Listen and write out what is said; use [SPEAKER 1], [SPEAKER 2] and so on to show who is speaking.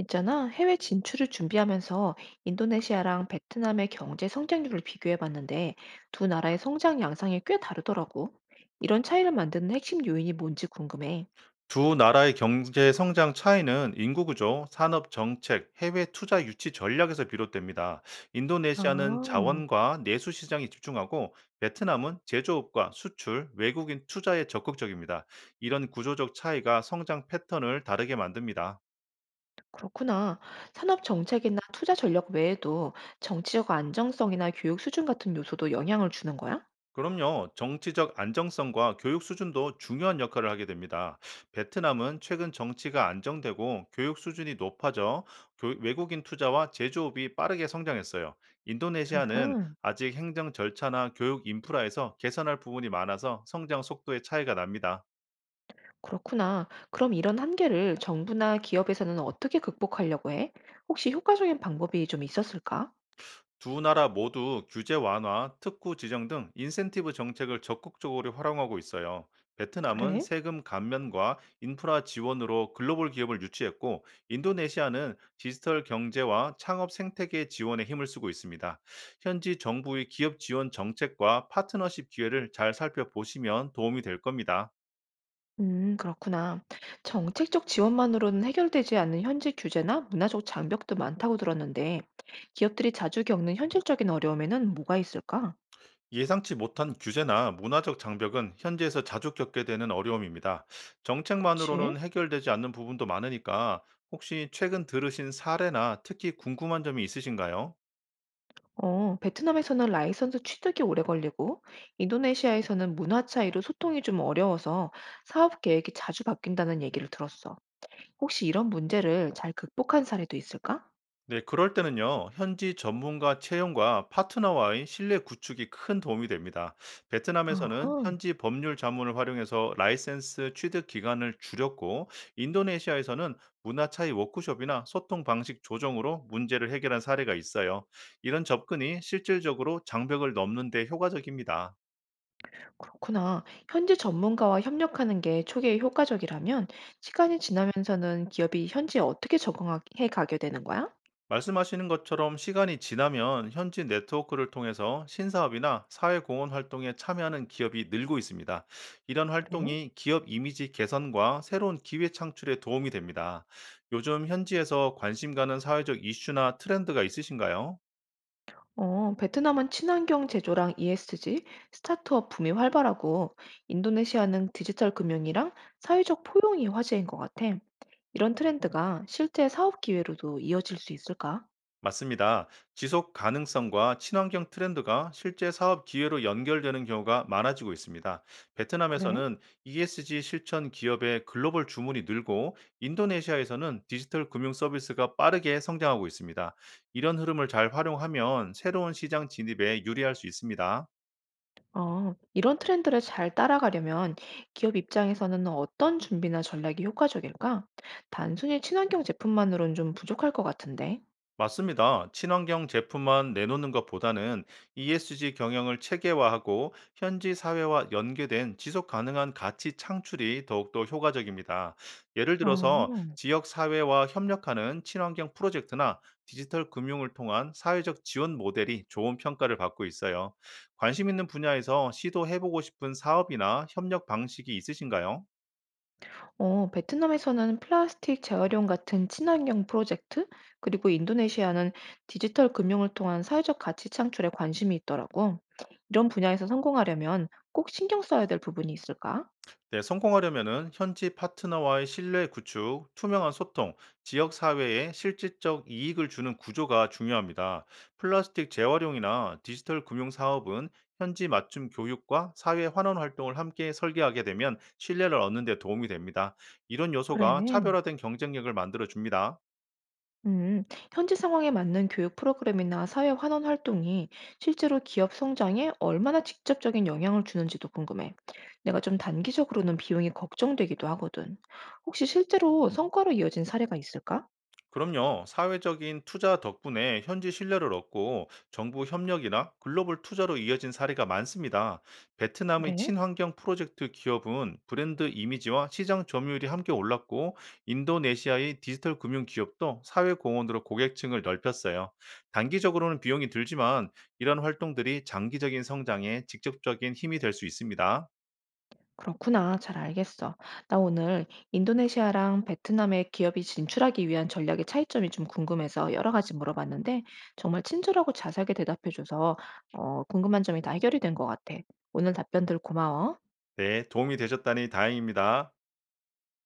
[SPEAKER 1] 있잖아, 해외 진출을 준비하면서 인도네시아랑 베트남의 경제 성장률을 비교해 봤는데 두 나라의 성장 양상이 꽤 다르더라고. 이런 차이를 만드는 핵심 요인이 뭔지 궁금해.
[SPEAKER 2] 두 나라의 경제 성장 차이는 인구 구조, 산업 정책, 해외 투자 유치 전략에서 비롯됩니다. 인도네시아는
[SPEAKER 1] 아,
[SPEAKER 2] 자원과 내수 시장에 집중하고 베트남은 제조업과 수출, 외국인 투자에 적극적입니다. 이런 구조적 차이가 성장 패턴을 다르게 만듭니다.
[SPEAKER 1] 그렇구나. 산업 정책이나 투자 전략 외에도 정치적 안정성이나 교육 수준 같은 요소도 영향을 주는 거야?
[SPEAKER 2] 그럼요. 정치적 안정성과 교육 수준도 중요한 역할을 하게 됩니다. 베트남은 최근 정치가 안정되고 교육 수준이 높아져 외국인 투자와 제조업이 빠르게 성장했어요. 인도네시아는
[SPEAKER 1] 아하,
[SPEAKER 2] 아직 행정 절차나 교육 인프라에서 개선할 부분이 많아서 성장 속도의 차이가 납니다.
[SPEAKER 1] 그렇구나. 그럼 이런 한계를 정부나 기업에서는 어떻게 극복하려고 해? 혹시 효과적인 방법이 좀 있었을까?
[SPEAKER 2] 두 나라 모두 규제 완화, 특구 지정 등 인센티브 정책을 적극적으로 활용하고 있어요. 베트남은
[SPEAKER 1] 그래?
[SPEAKER 2] 세금 감면과 인프라 지원으로 글로벌 기업을 유치했고, 인도네시아는 디지털 경제와 창업 생태계 지원에 힘을 쓰고 있습니다. 현지 정부의 기업 지원 정책과 파트너십 기회를 잘 살펴보시면 도움이 될 겁니다.
[SPEAKER 1] 그렇구나. 정책적 지원만으로는 해결되지 않는 현지 규제나 문화적 장벽도 많다고 들었는데, 기업들이 자주 겪는 현실적인 어려움에는 뭐가 있을까?
[SPEAKER 2] 예상치 못한 규제나 문화적 장벽은 현지에서 자주 겪게 되는 어려움입니다.
[SPEAKER 1] 그치?
[SPEAKER 2] 정책만으로는 해결되지 않는 부분도 많으니까 혹시 최근 들으신 사례나 특히 궁금한 점이 있으신가요?
[SPEAKER 1] 어, 베트남에서는 라이선스 취득이 오래 걸리고, 인도네시아에서는 문화 차이로 소통이 좀 어려워서 사업 계획이 자주 바뀐다는 얘기를 들었어. 혹시 이런 문제를 잘 극복한 사례도 있을까?
[SPEAKER 2] 네, 그럴 때는요, 현지 전문가 채용과 파트너와의 신뢰 구축이 큰 도움이 됩니다.
[SPEAKER 1] 어
[SPEAKER 2] 베트남에서는
[SPEAKER 1] 하
[SPEAKER 2] 현지 법률 자문을 활용해서 라이센스 취득 기간을 줄였고, 인도네시아에서는 문화 차이 워크숍이나 소통 방식 조정으로 문제를 해결한 사례가 있어요. 이런 접근이 실질적으로 장벽을 넘는 데 효과적입니다.
[SPEAKER 1] 그렇구나. 현지 전문가와 협력하는 게 초기에 효과적이라면 시간이 지나면서는 기업이 현지에 어떻게 적응해 가게 되는 거야?
[SPEAKER 2] 말씀하시는 것처럼 시간이 지나면 현지 네트워크를 통해서 신사업이나 사회공헌 활동에 참여하는 기업이 늘고 있습니다. 이런
[SPEAKER 1] 그래?
[SPEAKER 2] 활동이 기업 이미지 개선과 새로운 기회 창출에 도움이 됩니다. 요즘 현지에서 관심 가는 사회적 이슈나 트렌드가 있으신가요?
[SPEAKER 1] 어, 베트남은 친환경 제조랑 ESG, 스타트업 붐이 활발하고 인도네시아는 디지털 금융이랑 사회적 포용이 화제인 것 같아. 이런 트렌드가 실제 사업 기회로도 이어질 수 있을까?
[SPEAKER 2] 맞습니다. 지속 가능성과 친환경 트렌드가 실제 사업 기회로 연결되는 경우가 많아지고 있습니다.
[SPEAKER 1] 그래?
[SPEAKER 2] 베트남에서는 ESG 실천 기업의 글로벌 주문이 늘고 인도네시아에서는 디지털 금융 서비스가 빠르게 성장하고 있습니다. 이런 흐름을 잘 활용하면 새로운 시장 진입에 유리할 수 있습니다.
[SPEAKER 1] 어, 이런 트렌드를 잘 따라가려면 기업 입장에서는 어떤 준비나 전략이 효과적일까? 단순히 친환경 제품만으로는 좀 부족할 것 같은데.
[SPEAKER 2] 맞습니다. 친환경 제품만 내놓는 것보다는 ESG 경영을 체계화하고 현지 사회와 연계된 지속 가능한 가치 창출이 더욱더 효과적입니다. 예를 들어서
[SPEAKER 1] 어,
[SPEAKER 2] 지역 사회와 협력하는 친환경 프로젝트나 디지털 금융을 통한 사회적 지원 모델이 좋은 평가를 받고 있어요. 관심 있는 분야에서 시도해보고 싶은 사업이나 협력 방식이 있으신가요?
[SPEAKER 1] 어, 베트남에서는 플라스틱 재활용 같은 친환경 프로젝트, 그리고 인도네시아는 디지털 금융을 통한 사회적 가치 창출에 관심이 있더라고. 이런 분야에서 성공하려면 꼭 신경 써야 될 부분이 있을까?
[SPEAKER 2] 네, 성공하려면은 현지 파트너와의 신뢰 구축, 투명한 소통, 지역 사회에 실질적 이익을 주는 구조가 중요합니다. 플라스틱 재활용이나 디지털 금융 사업은 현지 맞춤 교육과 사회 환원 활동을 함께 설계하게 되면 신뢰를 얻는 데 도움이 됩니다. 이런 요소가
[SPEAKER 1] 그래.
[SPEAKER 2] 차별화된 경쟁력을 만들어 줍니다.
[SPEAKER 1] 음, 현지 상황에 맞는 교육 프로그램이나 사회 환원 활동이 실제로 기업 성장에 얼마나 직접적인 영향을 주는지도 궁금해. 내가 좀 단기적으로는 비용이 걱정되기도 하거든. 혹시 실제로 성과로 이어진 사례가 있을까?
[SPEAKER 2] 그럼요. 사회적인 투자 덕분에 현지 신뢰를 얻고 정부 협력이나 글로벌 투자로 이어진 사례가 많습니다. 베트남의
[SPEAKER 1] 그래?
[SPEAKER 2] 친환경 프로젝트 기업은 브랜드 이미지와 시장 점유율이 함께 올랐고 인도네시아의 디지털 금융 기업도 사회 공헌으로 고객층을 넓혔어요. 단기적으로는 비용이 들지만 이런 활동들이 장기적인 성장에 직접적인 힘이 될 수 있습니다.
[SPEAKER 1] 그렇구나. 잘 알겠어. 나 오늘 인도네시아랑 베트남에 기업이 진출하기 위한 전략의 차이점이 좀 궁금해서 여러 가지 물어봤는데 정말 친절하고 자세하게 대답해줘서 궁금한 점이 다 해결이 된 것 같아. 오늘 답변들 고마워.
[SPEAKER 2] 네, 도움이 되셨다니 다행입니다.